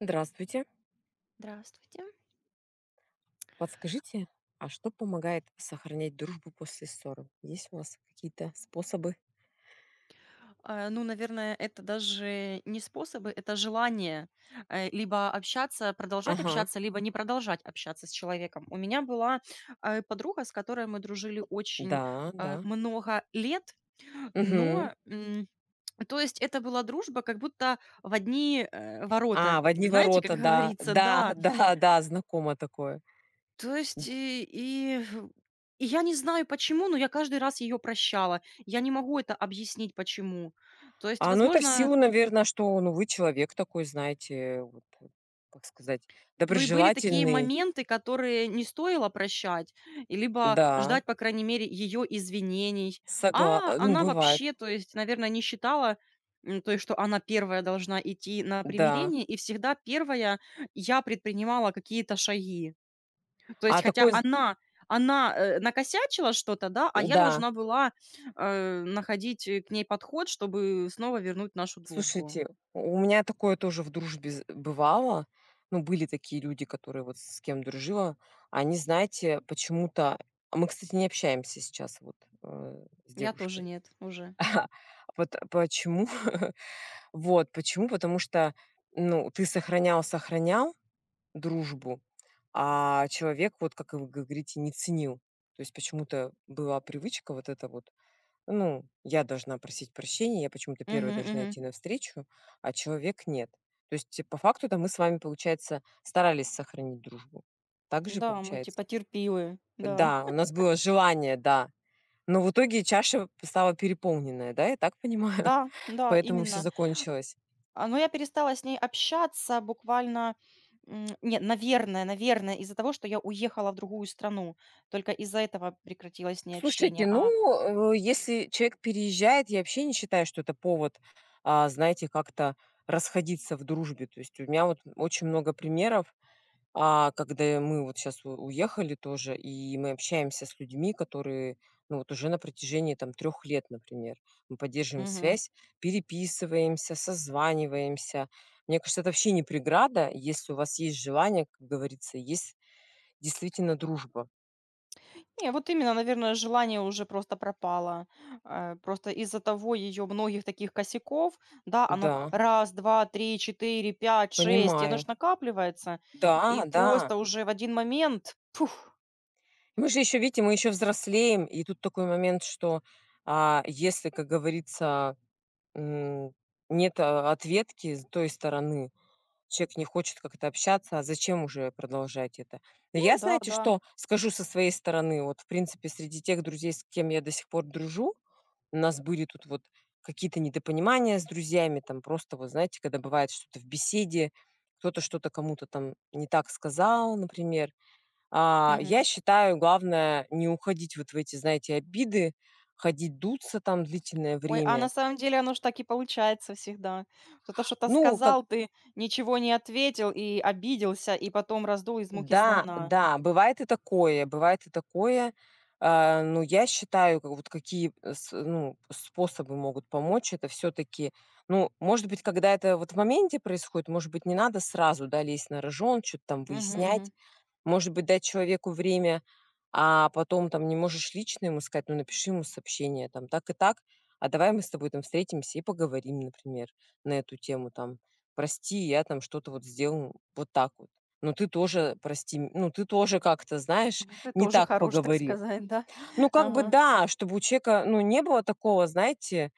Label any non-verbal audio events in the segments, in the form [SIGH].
Здравствуйте. Здравствуйте. Подскажите, а что помогает сохранять дружбу после ссоры? Есть у вас какие-то способы? А, ну, наверное, это даже не способы, это желание, либо общаться, продолжать Ага, общаться, либо не продолжать общаться с человеком. У меня была, подруга, с которой мы дружили очень, да, да. много лет, Мгм. но, то есть это была дружба как будто в одни, ворота. А, в одни Знаете, как ворота, [LAUGHS] да. говорится, Да, [LAUGHS] да. да, да, знакомо такое. То есть Д- и я не знаю почему, но я каждый раз ее прощала. Я не могу это объяснить почему. То есть, А это в возможно. силу, наверное, что вы человек такой, знаете, вот, как сказать, Ну и были такие доброжелательный. моменты, которые не стоило прощать, и либо Да, ждать, по крайней мере, ее извинений. А Ну, она бывает, вообще, то есть, наверное, не считала, то есть, что она первая должна идти на да. примирение, и всегда первая я предпринимала какие-то шаги. То А есть, хотя такой, з- она накосячила что-то, да, а я да. должна была находить к ней подход, чтобы снова вернуть нашу дружбу. Слушайте, у меня такое тоже в дружбе з бывало. Ну, были такие люди, которые вот с кем дружила. Они, знаете, почему-то а мы, кстати, не общаемся сейчас с Я тоже девушкой. нет уже. [LAUGHS] Вот почему? [LAUGHS] Вот почему? Потому что, ну, ты сохранял дружбу, а человек, вот как вы говорите, не ценил. То есть почему-то была привычка вот эта вот ну, я должна просить прощения, я почему-то первая Мгм, должна мгм. идти навстречу, а человек нет. То есть, по факту-то мы с вами, получается, старались сохранить дружбу. Так же Да, мы типа получается? терпилы, да. Да, у нас было желание, да. Но в итоге чаша стала переполненная, да, я так понимаю? Да, [LAUGHS] да, Поэтому все именно. закончилось. А, но я перестала с ней общаться буквально, нет, наверное, из-за того, что я уехала в другую страну. Только из-за этого прекратилось с ней Слушайте, общение. А, если человек переезжает, я вообще не считаю, что это повод, а, знаете, как-то расходиться в дружбе. То есть у меня вот очень много примеров. Когда мы вот сейчас уехали тоже, и мы общаемся с людьми, которые, ну, вот уже на протяжении там трех лет, например, мы поддерживаем мгм. связь, переписываемся, созваниваемся. Мне кажется, это вообще не преграда, если у вас есть желание, как говорится, есть действительно дружба. Не, вот именно, наверное, желание уже просто пропало. Просто из-за того ее многих таких косяков, да, оно Да, раз, два, три, четыре, пять, шесть, и оно понимаю. ж накапливается. И Да, да. просто уже в один момент, пух, Мы же еще, видите, мы еще взрослеем, и тут такой момент, что, если, как говорится, м, нет, а, ответки с той стороны, человек не хочет как-то общаться, а зачем уже продолжать это? Но ну я, да, знаете, да. что скажу со своей стороны? Вот, в принципе, среди тех друзей, с кем я до сих пор дружу, у нас были тут вот какие-то недопонимания с друзьями, там просто, вот знаете, когда бывает что-то в беседе, кто-то что-то кому-то там не так сказал, например. Я считаю, главное не уходить вот в эти, знаете, обиды, ходить дуться там длительное Ой, а на время. самом деле оно ж так и получается всегда. Кто-то что-то Ну, как. сказал, ты ничего не ответил и обиделся, и потом раздул из муки Да, слона. да, бывает и такое, бывает и такое. Ну, я считаю, как вот какие, э, с ну, способы могут помочь. Это все таки ну, может быть, когда это вот в моменте происходит, может быть, не надо сразу, да, лезть на рожон, чё-то там Мгм, выяснять. мгм. Может быть, дать человеку время, а потом там не можешь лично ему сказать, ну, напиши ему сообщение там так и так, а давай мы с тобой там встретимся и поговорим, например, на эту тему там. Прости, я там что-то вот сделал вот так вот. Но ты тоже, прости, ну ты тоже как-то, знаешь, Это не тоже так хорош, так поговорил. сказать, да? Ну [LAUGHS] как бы Ага. да, чтобы у человека, ну не было такого, знаете,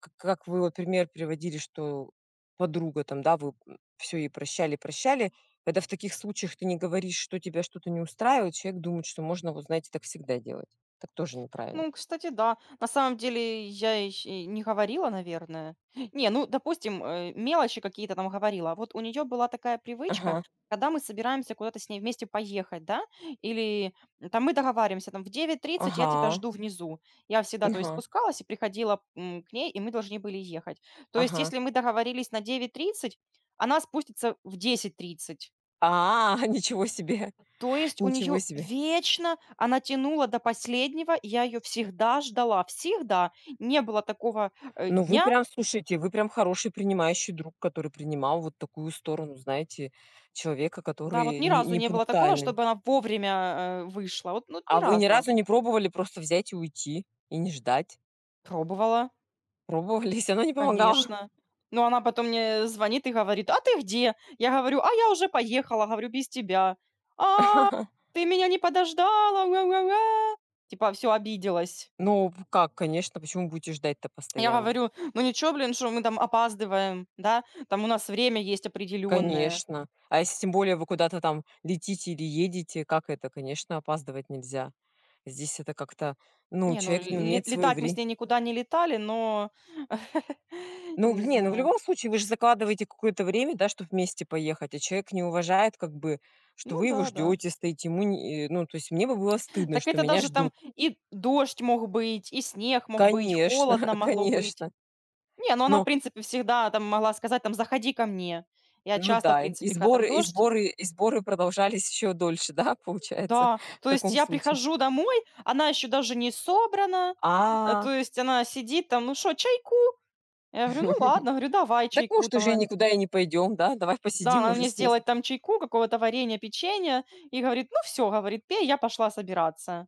к как вы вот пример приводили, что подруга там, да, вы, все всё ей прощали. Когда в таких случаях ты не говоришь, что тебя что-то не устраивает, человек думает, что можно, вот знаете, так всегда делать. Так тоже неправильно. Ну, кстати, да. На самом деле, я ещё и не говорила, наверное. [LAUGHS] Не, ну, допустим, мелочи какие-то там говорила. А вот у нее была такая привычка, Ага, когда мы собираемся куда-то с ней вместе поехать, да, или там мы договариваемся, там, в 9:30 я тебя ага, жду внизу. Я всегда, то есть, ага, спускалась и приходила, к ней, и мы должны были ехать. То есть, ага. если мы договорились на 9:30, она спустится в 10:30. А, [LAUGHS] ничего себе, То есть у ничего нее себе. вечно она тянула до последнего, и я ее всегда ждала, всегда. Не было такого, Ну, вы дня, прям, слушайте, вы прям хороший принимающий друг, который принимал вот такую сторону, знаете, человека, да, вот который ни разу не не было такого, пунктуальный. чтобы она вовремя, вышла. Вот ну, вот ни А вы ни разу. разу не пробовали просто взять и уйти и не ждать? Пробовала, Пробовались, оно не помогало. конечно. Но она потом мне звонит и говорит: "А ты где?" Я говорю: "А я уже поехала", говорю: "Без тебя". "А, [LAUGHS] ты меня не подождала, ла ла ла". Типа все обиделась. Ну, как, конечно, почему будете ждать-то Я постоянно? говорю: "Ну ничего, блин, что мы там опаздываем, да, там у нас время есть определенное. Конечно. А если тем более вы куда-то там летите или едете, как это? Конечно, опаздывать нельзя. Здесь это как-то, ну, Не, ну, человек не ле умеет свое летать мы с вре ней никуда не летали, но [LAUGHS] Ну, не не, ну, в знаю. любом случае вы же закладываете какое-то время, да, чтобы вместе поехать, а человек не уважает как бы, что Ну вы да, его да. ждете, стоите. Ему не э, ну, то есть мне бы было стыдно, Так что это меня даже ждут. там и дождь мог быть, и снег мог быть, Конечно, холодно [LAUGHS] могло быть. конечно. Не, ну она, в Но принципе, всегда там могла сказать там: "Заходи ко мне". Я ну часто, в да, и принципе, когда там сборы и дождь. сборы и сборы продолжались еще дольше, [LAUGHS] да, получается, Да, в то есть таком я случае. прихожу домой, она еще даже не собрана, А, то есть она сидит там: "Ну что, чайку?" Я говорю: "Ну [LAUGHS] ладно". Говорю: "Давай так чайку". может Там уже она никуда и не пойдем, да? Давай да, посидим она уже мне смысл. сделает там чайку, какого-то варенья, печенья и говорит: "Ну все, говорит,- "пей". Я пошла собираться.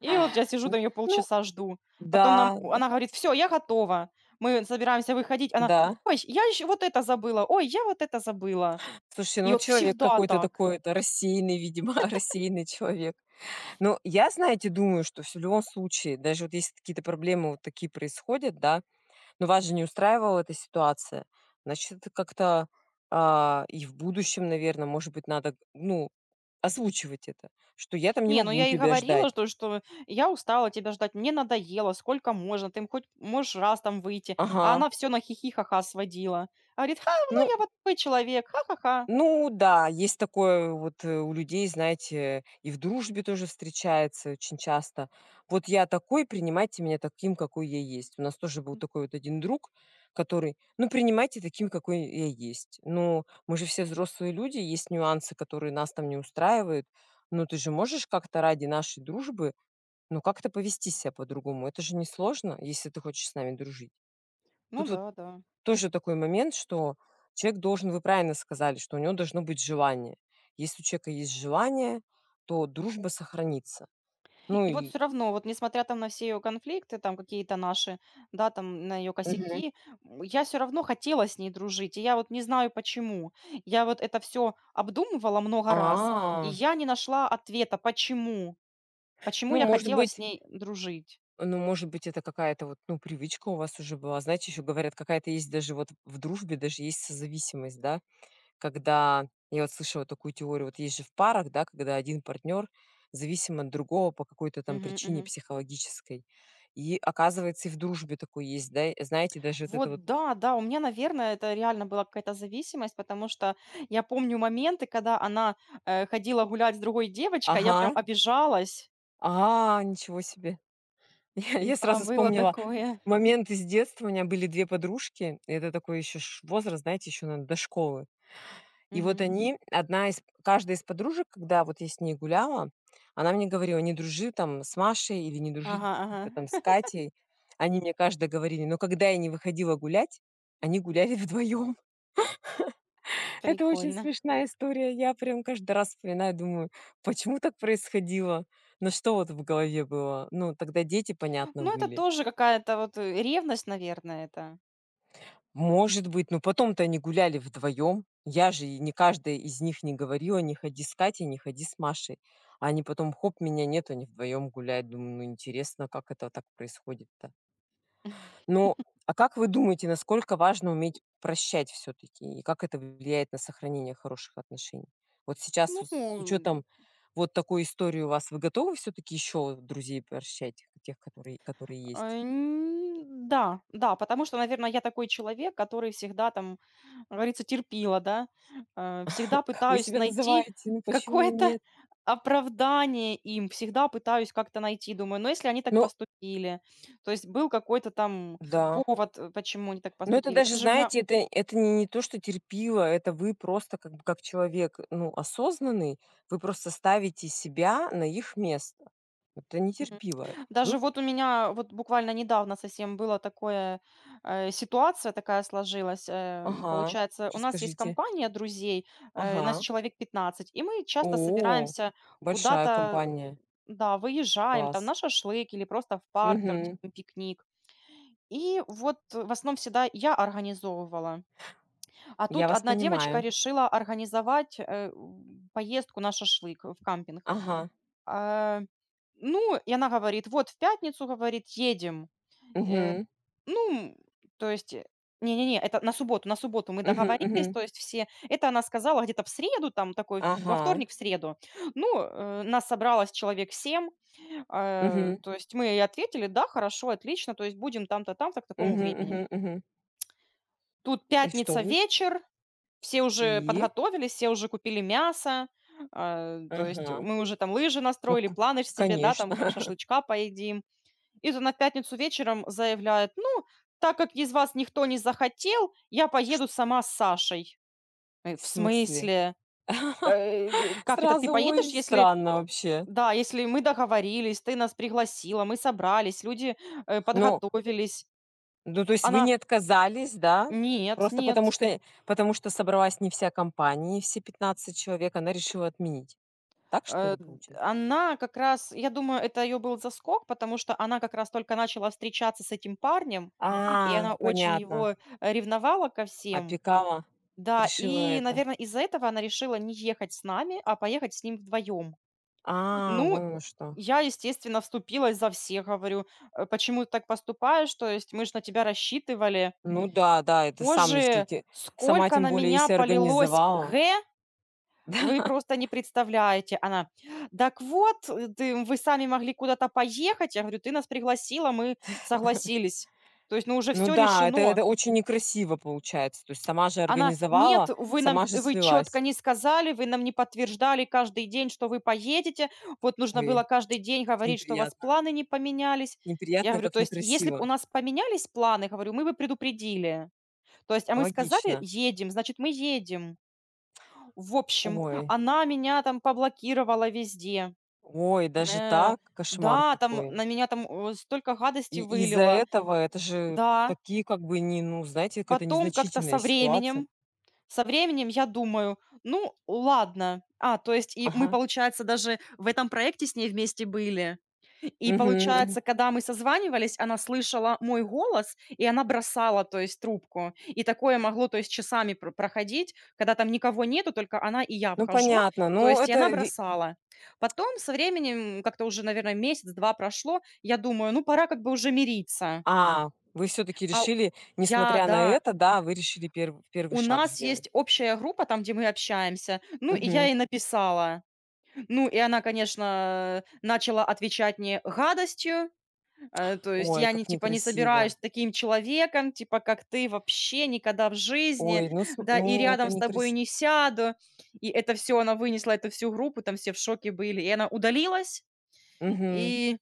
И вот я сижу М, там ее ну полчаса жду. Потом нам да, она говорит: все, я готова". Мы собираемся выходить. Она: да. "Ой, я еще вот это забыла. Ой, я вот это забыла". Слушай, И ну вот человек всегда какой-то так. такой, это рассеянный, видимо, [LAUGHS] рассеянный человек. Но я, знаете, думаю, что в любом случае, даже вот если какие-то проблемы вот такие происходят, да, но вас же не устраивала эта ситуация. Значит, это как-то, и в будущем, наверное, может быть, надо, ну, озвучивать это, что я там не Не, ну могу я и тебя говорила, ждать. что я устала тебя ждать, мне надоело, сколько можно, ты хоть можешь раз там выйти. А Ага. она все на хихи-ха-ха сводила. Говорит: "Ха, Ну, ну я вот такой человек, ха-ха-ха". ну да, есть такое вот, у людей, знаете, и в дружбе тоже встречается очень часто. Вот я такой, принимайте меня таким, какой я есть. У нас тоже был такой вот один друг, который: "Ну, принимайте таким, какой я есть". Ну, мы же все взрослые люди, есть нюансы, которые нас там не устраивают. Но ты же можешь как-то ради нашей дружбы, ну, как-то повести себя по-другому. Это же несложно, если ты хочешь с нами дружить. Ну Тут да, да. тоже такой момент, что человек должен вы правильно сказали, что у него должно быть желание. Если у человека есть желание, то дружба сохранится. Ну И вот и все равно, вот несмотря там на все ее конфликты, там какие-то наши, да, там на ее мгм. косяки, я все равно хотела с ней дружить. И я вот не знаю почему. Я вот это все обдумывала много раз, и А, я не нашла ответа, почему. Почему ну, я может хотела с быть, ней дружить. ну, может быть, это какая-то вот, ну, привычка у вас уже была. Знаете, еще говорят, какая-то есть даже вот в дружбе, даже есть созависимость, да? Когда я вот слышала такую теорию, вот есть же в парах, да, когда один партнер зависим от другого по какой-то там Мгм, причине мгм. психологической. И оказывается, и в дружбе такой есть, да, и знаете, даже вот это Вот вот да, да, у меня, наверное, это реально была какая-то зависимость, потому что я помню моменты, когда она, ходила гулять с другой девочкой, а "ага", я прям обижалась. "а, ничего себе". [LAUGHS] Я Да, сразу было вспомнила такое. момент из детства. У меня были 2 подружки, и это такой еще возраст, знаете, еще, надо до школы. И вот Мгм. они, одна из каждая из подружек, когда вот я с ней гуляла, она мне говорила: "Не дружи там с Машей или не дружи Ага, типа ага. там с Катей". Они мне каждая говорили, но когда я не выходила гулять, они гуляли вдвоем. [LAUGHS] Это очень Прикольно. смешная история. Я прям каждый раз вспоминаю, думаю: почему так происходило? Но что вот в голове было? Ну, тогда дети, понятно, Ну, это были. тоже какая-то вот, ревность, наверное, это. Может быть, но потом-то они гуляли вдвоем. Я же и Не каждая из них не говорила: "Не ходи с Катей, не ходи с Машей". А они потом хоп, меня нет, они вдвоем гуляют. Думаю, ну интересно, как это так происходит-то. Ну, [LAUGHS] а как вы думаете, насколько важно уметь прощать все-таки? И как это влияет на сохранение хороших отношений? Вот сейчас Ну, с м, учетом вот такой истории у вас, вы готовы все-таки еще друзей прощать, тех, которые а, есть? н да, да, потому что, наверное я такой человек, который всегда там, как говорится, терпила, да, всегда Как вы пытаюсь себя найти называете? Ну почему какое-то нет? [LAUGHS] оправдание им, всегда пытаюсь как-то найти. Думаю, ну, если они так Ну поступили, то есть был какой-то там да. повод, почему они так Но это поступили. даже, знаете, это не то, что терпило, это вы просто как бы как человек, ну, осознанный, вы просто ставите себя на их место. Это не терпило. Вы Даже вот у меня вот буквально недавно совсем было такое, ситуация такая сложилась. Эм, ага, получается, у нас есть расскажите. компания друзей, нас Ага. человек 15 и мы часто О, собираемся большая куда-то, компания. да, выезжаем там Класс. на шашлык или просто в парк, там Угу, типа пикник. И вот в основном всегда я организовывала. А я тут вас одна девочка понимаю. решила организовать, поездку на шашлык в кампинг. Ага, А, ну, и она говорит: "Вот в пятницу, говорит, едем". Э, угу, ну, то есть, не-не-не, это на субботу мы угу, договорились, мгм. то есть все это она сказала где-то в среду, там такой, в во Ага, вторник, в среду. Ну, нас собралось человек 7, угу, то есть мы ей ответили: "Да, хорошо, отлично, то есть будем там-то, там-то к такому угу, времени". угу, мгм. Тут И что пятница вы? вечер, все уже И? подготовились, все уже купили мясо, а, то есть Ага. мы уже там лыжи Ну, настроили, к планы ж себе, да, там к конечно. шашлычка поедим. И вот она в пятницу вечером заявляет: "Ну, так как из вас никто не захотел, я поеду сама с Сашей". [LAUGHS] Э, В в смысле? смысле? Э, г как это ты Сразу, поедешь, ой, если странно вообще. да, если мы договорились, ты нас пригласила, мы собрались, люди, Ну, подготовились. ну, то есть вы Она: не отказались, да? "Нет, Просто нет". Потому что собралась не вся компания, не все 15 человек, она решила отменить. Так что Э, ли получается? она как раз, я думаю, это ее был заскок, потому что она как раз только начала встречаться с этим парнем, и А, она очень понятно. его, ревновала ко всем. Опекала, Да, решила и, это. наверное, из-за этого она решила не ехать с нами, а поехать с ним вдвоем. А, Ну, вон оно что. я, естественно, вступилась за всех, говорю: "Почему ты так поступаешь? То есть мы ж на тебя рассчитывали". Ну да, да, это сам, если Позже те- сама сколько тем на более, меня если полилось организовала. [LAUGHS] "г", Да. вы просто не представляете. Она: "Так вот, ты вы сами могли куда-то поехать". Я говорю: "Ты нас пригласила, мы согласились". То есть, ну, уже Ну все да, решено. это очень некрасиво получается. То есть сама же Она: "Нет, организовала, вы нам сама же вы слилась. четко не сказали, вы нам не подтверждали каждый день, что вы поедете. Вот нужно Ой, было каждый день как говорить, что у вас неприятно. планы не поменялись". Я Неприятно, говорю: как "То есть, если б у некрасиво. нас поменялись планы, говорю, мы бы предупредили. То есть, а мы сказали: Логично. "Едем"- значит, мы едем". В общем, Ой, она меня там поблокировала везде. ой, даже Э, так? Кошмар да, там какой. на меня там, столько гадости И из-за вылила. этого это же Да, такие как бы не, ну, знаете, какая-то потом как-то незначительная со ситуация. временем. Со временем я думаю: "Ну, ладно". А, то есть и мы, Ага. получается, даже в этом проекте с ней вместе были. И Мгм, получается, мгм. когда мы созванивались, она слышала мой голос, и она бросала, то есть, трубку. И такое могло, то есть, часами пр проходить, когда там никого нету, только она и я Ну, вхожу, понятно. то Ну, есть и она это ви бросала. Потом со временем, как-то уже, наверное, месяц-два прошло, я думаю: "Ну, пора как бы уже мириться". А, вы все таки А, решили, я, несмотря на да. это, да, вы решили первый У шаг нас сделать. есть общая группа, там, где мы общаемся. Ну, и я Мгм. ей написала. Ну, и она, конечно, начала отвечать мне гадостью. То есть Ой, я не, как типа, не некрасиво. собираюсь таким человеком, типа, как ты вообще никогда в Ой, жизни, ну, см да, и ну, это рядом с тобой некрасиво. не сяду. И это все, она вынесла эту всю группу, там все в шоке были. И она удалилась. И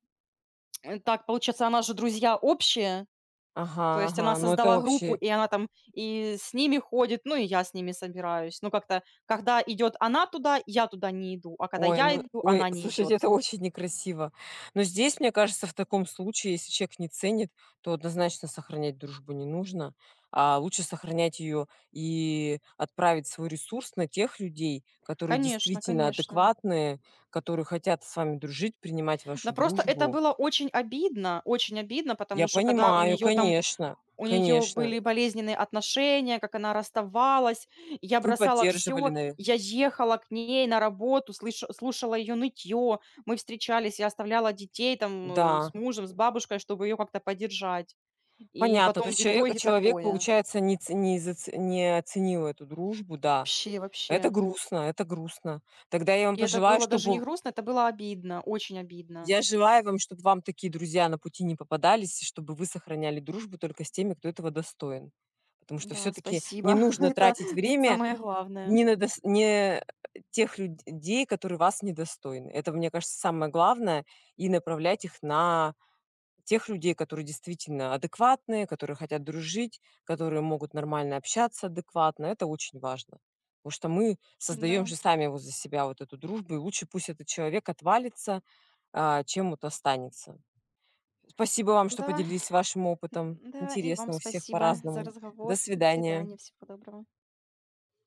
так, получается, она же друзья общие. Ага, То есть она ага. Ну, это создала группу, вообще и она там и с ними ходит, ну, и я с ними собираюсь. Ну, как-то, когда идет она туда, я туда не иду, а когда ой, я ну, иду, ой, она не слушайте, идет. это очень некрасиво. Но здесь, мне кажется, в таком случае, если человек не ценит, то однозначно сохранять дружбу не нужно, а лучше сохранять ее и отправить свой ресурс на тех людей, которые Конечно, действительно конечно. адекватные, которые хотят с вами дружить, принимать вашу Да просто это дружбу. было очень обидно, Я потому что когда у понимаю, нее там, конечно, у нее конечно. были болезненные отношения, как она расставалась, я Вы бросала поддерживали, все, я ехала к ней на работу, слушала ее нытье, мы встречались, я оставляла детей там да. с мужем, с бабушкой, чтобы ее как-то поддержать. И Понятно, то потом есть в итоге человек такое. получается, не, ц- не зац- не оценил эту дружбу, да. Вообще, Это вообще. грустно, это грустно. Тогда я вам И это пожелаю, было даже не чтобы грустно, это было обидно, очень обидно. Я желаю вам, чтобы вам такие друзья на пути не попадались, и чтобы вы сохраняли дружбу только с теми, кто этого достоин. Потому что Да, все-таки не спасибо. [LAUGHS] нужно Это тратить время самое главное. не на дос- не тех людей, которые вас недостойны. Это, мне кажется, самое главное, и направлять их на тех людей, которые действительно адекватные, которые хотят дружить, которые могут нормально общаться адекватно. Это очень важно. Потому что мы создаем Да, же сами вот за себя вот эту дружбу, и лучше пусть этот человек отвалится, чем вот останется. Спасибо вам, что да, поделились вашим опытом. да, и вам Интересно у всех спасибо за по-разному. До разговор. До свидания. свидания, всего доброго.